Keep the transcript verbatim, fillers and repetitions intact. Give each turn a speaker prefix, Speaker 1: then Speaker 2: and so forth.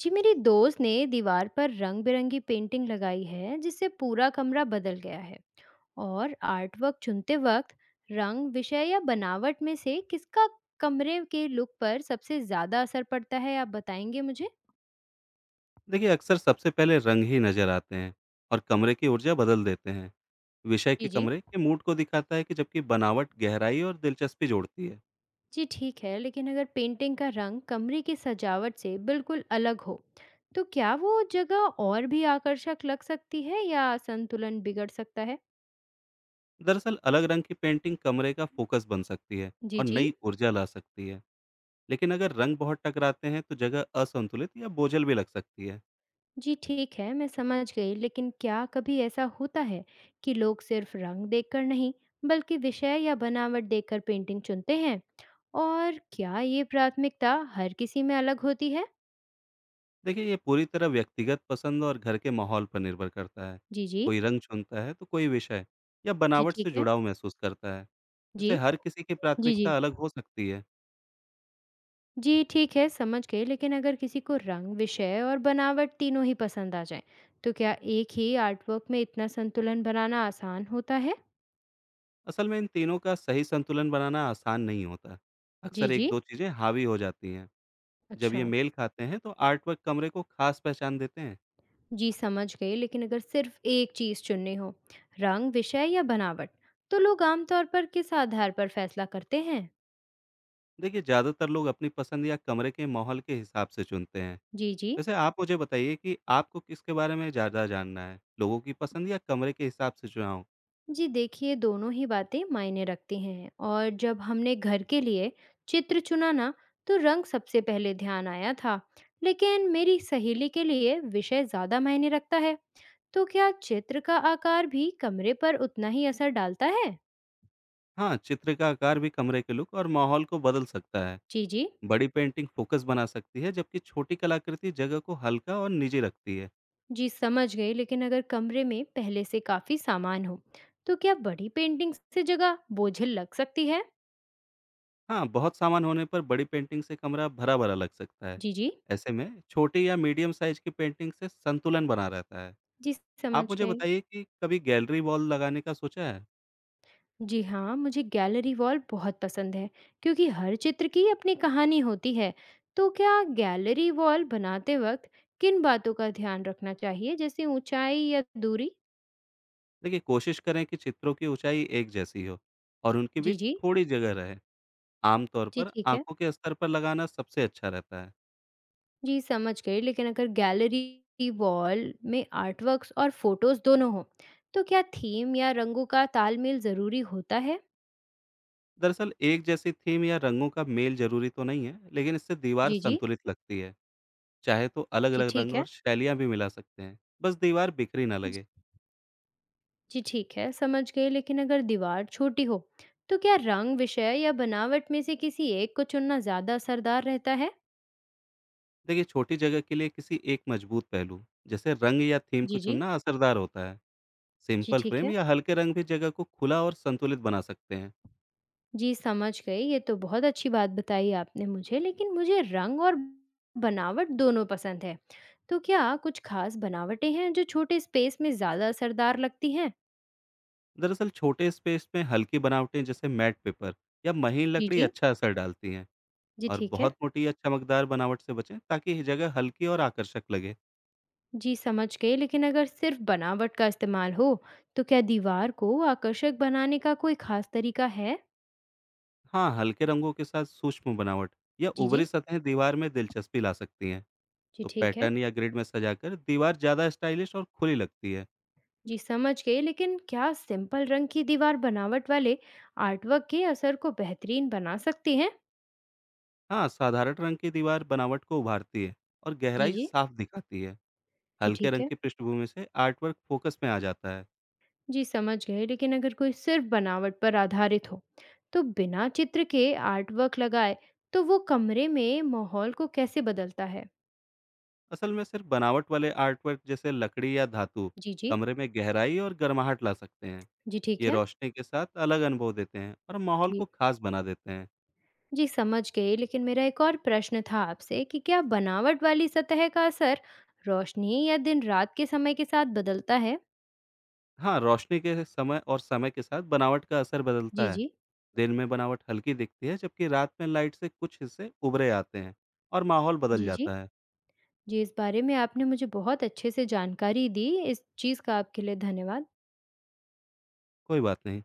Speaker 1: जी, मेरी दोस्त ने दीवार पर रंग बिरंगी पेंटिंग लगाई है जिससे पूरा कमरा बदल गया है। और आर्टवर्क चुनते वक्त रंग, विषय या बनावट में से किसका कमरे के लुक पर सबसे ज़्यादा असर पड़ता है, आप बताएंगे मुझे।
Speaker 2: देखिए, अक्सर सबसे पहले रंग ही नज़र आते हैं और कमरे की ऊर्जा बदल देते हैं। विषय के
Speaker 1: जी जी
Speaker 2: कमरे के मूड को दिखाता है कि जबकि बनावट गहराई और दिलचस्पी जोड़ती है।
Speaker 1: जी ठीक है, लेकिन अगर पेंटिंग का रंग कमरे की सजावट से बिल्कुल अलग हो तो क्या वो जगह और भी आकर्षक लग सकती है या संतुलन बिगड़ सकता है।
Speaker 2: दरअसल, अलग रंग की पेंटिंग कमरे का फोकस बन सकती है
Speaker 1: जी
Speaker 2: और
Speaker 1: जी
Speaker 2: नई ऊर्जा ला सकती है। लेकिन अगर रंग बहुत टकराते हैं, तो जगह असंतुलित या बोझल भी लग सकती है।
Speaker 1: जी ठीक है, मैं समझ गई। लेकिन क्या कभी ऐसा होता है कि लोग सिर्फ रंग देखकर नहीं, बल्कि विषय या बनावट देखकर पेंटिंग चुनते हैं, और क्या ये प्राथमिकता हर किसी में अलग होती है।
Speaker 2: देखिए, ये पूरी तरह व्यक्तिगत पसंद और घर के माहौल पर निर्भर करता है।
Speaker 1: जी जी
Speaker 2: कोई रंग चुनता है, तो कोई विषय या
Speaker 1: जी
Speaker 2: बनावट
Speaker 1: ठीक
Speaker 2: से
Speaker 1: है।
Speaker 2: जुड़ाव महसूस करता है।
Speaker 1: जी
Speaker 2: वैसे, हर किसी की
Speaker 1: जी जी
Speaker 2: प्राथमिकता अलग हो सकती है।
Speaker 1: जी ठीक है, समझ गई। लेकिन अगर किसी को रंग, विषय और बनावट तीनों ही पसंद आ जाए तो क्या एक ही आर्टवर्क में इतना संतुलन बनाना आसान होता है।
Speaker 2: असल में, इन तीनों का सही संतुलन बनाना आसान नहीं होता।
Speaker 1: जी
Speaker 2: अक्सर
Speaker 1: जी
Speaker 2: एक दो चीज़ें हावी हो जाती हैं। जब
Speaker 1: अच्छा।
Speaker 2: ये मेल खाते हैं, तो आर्टवर्क कमरे को खास पहचान देते हैं।
Speaker 1: जी समझ गए। लेकिन अगर सिर्फ एक चीज़ चुननी हो, रंग, विषय या बनावट, तो लोग आमतौर पर किस आधार पर फैसला करते हैं।
Speaker 2: देखिए, ज़्यादातर लोग अपनी पसंद या कमरे के माहौल के हिसाब से चुनते हैं।
Speaker 1: जी जी
Speaker 2: वैसे, आप मुझे बताइए कि आपको किसके बारे में ज़्यादा जानना है? लोगों की पसंद या कमरे के हिसाब से चुनाव?
Speaker 1: जी देखिए, दोनों ही बातें मायने रखती हैं, और जब हमने घर के लिए चित्र चुना ना, तो रंग सबसे पहले ध्यान आया था, लेकिन मेरी सहेली के लिए विषय ज़्यादा मायने रखता है। तो क्या चित्र का आकार भी कमरे पर उतना ही असर डालता है।
Speaker 2: हाँ, चित्र का आकार भी कमरे के लुक और माहौल को बदल सकता है।
Speaker 1: जी जी
Speaker 2: बड़ी पेंटिंग फोकस बना सकती है, जबकि छोटी कलाकृति जगह को हल्का और निजी रखती है।
Speaker 1: जी समझ गई, लेकिन अगर कमरे में पहले से काफी सामान हो तो क्या बड़ी पेंटिंग से जगह बोझिल लग सकती है।
Speaker 2: हाँ, बहुत सामान होने पर बड़ी पेंटिंग से कमरा भरा-भरा लग सकता है।
Speaker 1: जी जी
Speaker 2: ऐसे में छोटी या मीडियम साइज़ की पेंटिंग से संतुलन बना रहता है।
Speaker 1: जी समझ
Speaker 2: आप मुझे
Speaker 1: गए।
Speaker 2: बताइए कि कभी गैलरी वॉल लगाने का सोचा है?
Speaker 1: जी हाँ, मुझे गैलरी वॉल बहुत पसंद है, क्योंकि हर चित्र की अपनी कहानी होती है। तो क्या गैलरी वॉल बनाते वक्त किन बातों का ध्यान रखना चाहिए, जैसे ऊंचाई या दूरी।
Speaker 2: देखिए, कोशिश करें कि चित्रों की ऊँचाई एक जैसी हो और उनके
Speaker 1: जी
Speaker 2: बीच
Speaker 1: जी
Speaker 2: थोड़ी जगह रहे। आमतौर
Speaker 1: जी
Speaker 2: पर
Speaker 1: ठीक है।
Speaker 2: आँखों के स्तर पर लगाना सबसे अच्छा रहता है।
Speaker 1: जी समझ गई, लेकिन अगर गैलरी वॉल में आर्टवर्क्स और फोटोज दोनों हो तो क्या थीम या रंगों का तालमेल ज़रूरी होता है।
Speaker 2: दरअसल, एक जैसी थीम या रंगों का मेल ज़रूरी तो नहीं है, लेकिन इससे दीवार
Speaker 1: जी जी
Speaker 2: संतुलित लगती है। चाहे तो
Speaker 1: जी
Speaker 2: अलग-अलग
Speaker 1: ठीक
Speaker 2: रंग
Speaker 1: है।
Speaker 2: और शैलियाँ भी मिला सकते हैं, बस दीवार बिखरी ना
Speaker 1: ज-
Speaker 2: लगे।
Speaker 1: जी ठीक है, समझ गई। लेकिन अगर दीवार छोटी हो तो क्या रंग, विषय या बनावट में से किसी एक को चुनना ज़्यादा असरदार रहता है।
Speaker 2: देखिए, छोटी जगह के लिए किसी एक मजबूत पहलू, जैसे रंग या थीम को
Speaker 1: जी जी
Speaker 2: चुनना असरदार होता है।
Speaker 1: जी
Speaker 2: सिंपल
Speaker 1: ठीक
Speaker 2: फ्रेम
Speaker 1: है।
Speaker 2: या हल्के रंग भी जगह को खुला और संतुलित बना सकते हैं।
Speaker 1: जी, समझ गई। ये तो बहुत अच्छी बात बताई आपने मुझे, लेकिन मुझे रंग और बनावट दोनों पसंद है। तो क्या कुछ खास बनावटें हैं जो छोटे स्पेस में ज़्यादा असरदार लगती हैं?
Speaker 2: दरअसल, छोटे स्पेस में हल्की बनावटें, जैसे मैट पेपर या महीन
Speaker 1: जी,
Speaker 2: लकड़ी,
Speaker 1: जी।
Speaker 2: अच्छा असर डालती हैं
Speaker 1: जी,
Speaker 2: और
Speaker 1: ठीक है।
Speaker 2: बहुत मोटी या चमकदार बनावट से बचें, ताकि ये जगह हल्की और आकर्षक लगे।
Speaker 1: जी, समझ गई, लेकिन अगर सिर्फ़ बनावट का इस्तेमाल हो, तो क्या दीवार को आकर्षक बनाने का कोई खास तरीका है?
Speaker 2: हाँ, हल्के रंगों के साथ सूक्ष्म बनावट या
Speaker 1: जी, जी।
Speaker 2: उभरी सतहें दीवार में दिलचस्पी ला सकती हैं।
Speaker 1: जी,
Speaker 2: तो
Speaker 1: ठीक है।
Speaker 2: पैटर्न या ग्रिड में सजाकर दीवार ज्यादा स्टाइलिश और खुली लगती है।
Speaker 1: जी, समझ गई, लेकिन क्या सिंपल रंग की दीवार बनावट वाले आर्टवर्क के असर को बेहतरीन बना सकती है?
Speaker 2: हाँ, साधारण रंग की दीवार बनावट को उभारती है और
Speaker 1: जी,
Speaker 2: गहराई
Speaker 1: जी।
Speaker 2: साफ दिखाती है।
Speaker 1: जी,
Speaker 2: हल्के
Speaker 1: ठीक
Speaker 2: रंग
Speaker 1: है।
Speaker 2: की पृष्ठभूमि से आर्टवर्क फोकस में आ जाता है।
Speaker 1: जी समझ गए, लेकिन अगर कोई सिर्फ बनावट पर आधारित हो तो बिना चित्र के आर्टवर्क लगाए, तो वो कमरे में माहौल को कैसे बदलता है।
Speaker 2: असल में, सिर्फ बनावट वाले आर्टवर्क, जैसे लकड़ी या धातु,
Speaker 1: जी जी
Speaker 2: कमरे में गहराई और गर्माहट ला सकते हैं।
Speaker 1: जी ठीक
Speaker 2: ये
Speaker 1: है।
Speaker 2: रोशनी के साथ अलग अनुभव देते हैं और माहौल को
Speaker 1: जी
Speaker 2: खास बना देते हैं।
Speaker 1: जी समझ गई, लेकिन मेरा एक और प्रश्न था आपसे कि क्या बनावट वाली सतह का असर रोशनी या दिन रात के समय के साथ बदलता है।
Speaker 2: हाँ, रोशनी के समय और समय के साथ बनावट का असर
Speaker 1: जी
Speaker 2: बदलता है।
Speaker 1: जी
Speaker 2: दिन में बनावट हल्की दिखती है, जबकि रात में लाइट से कुछ हिस्से उभरे आते हैं और माहौल बदल
Speaker 1: जी। जी
Speaker 2: जाता है।
Speaker 1: जी इस बारे में आपने मुझे बहुत अच्छे से जानकारी दी, इस चीज़ का आपके लिए धन्यवाद।
Speaker 2: कोई बात नहीं।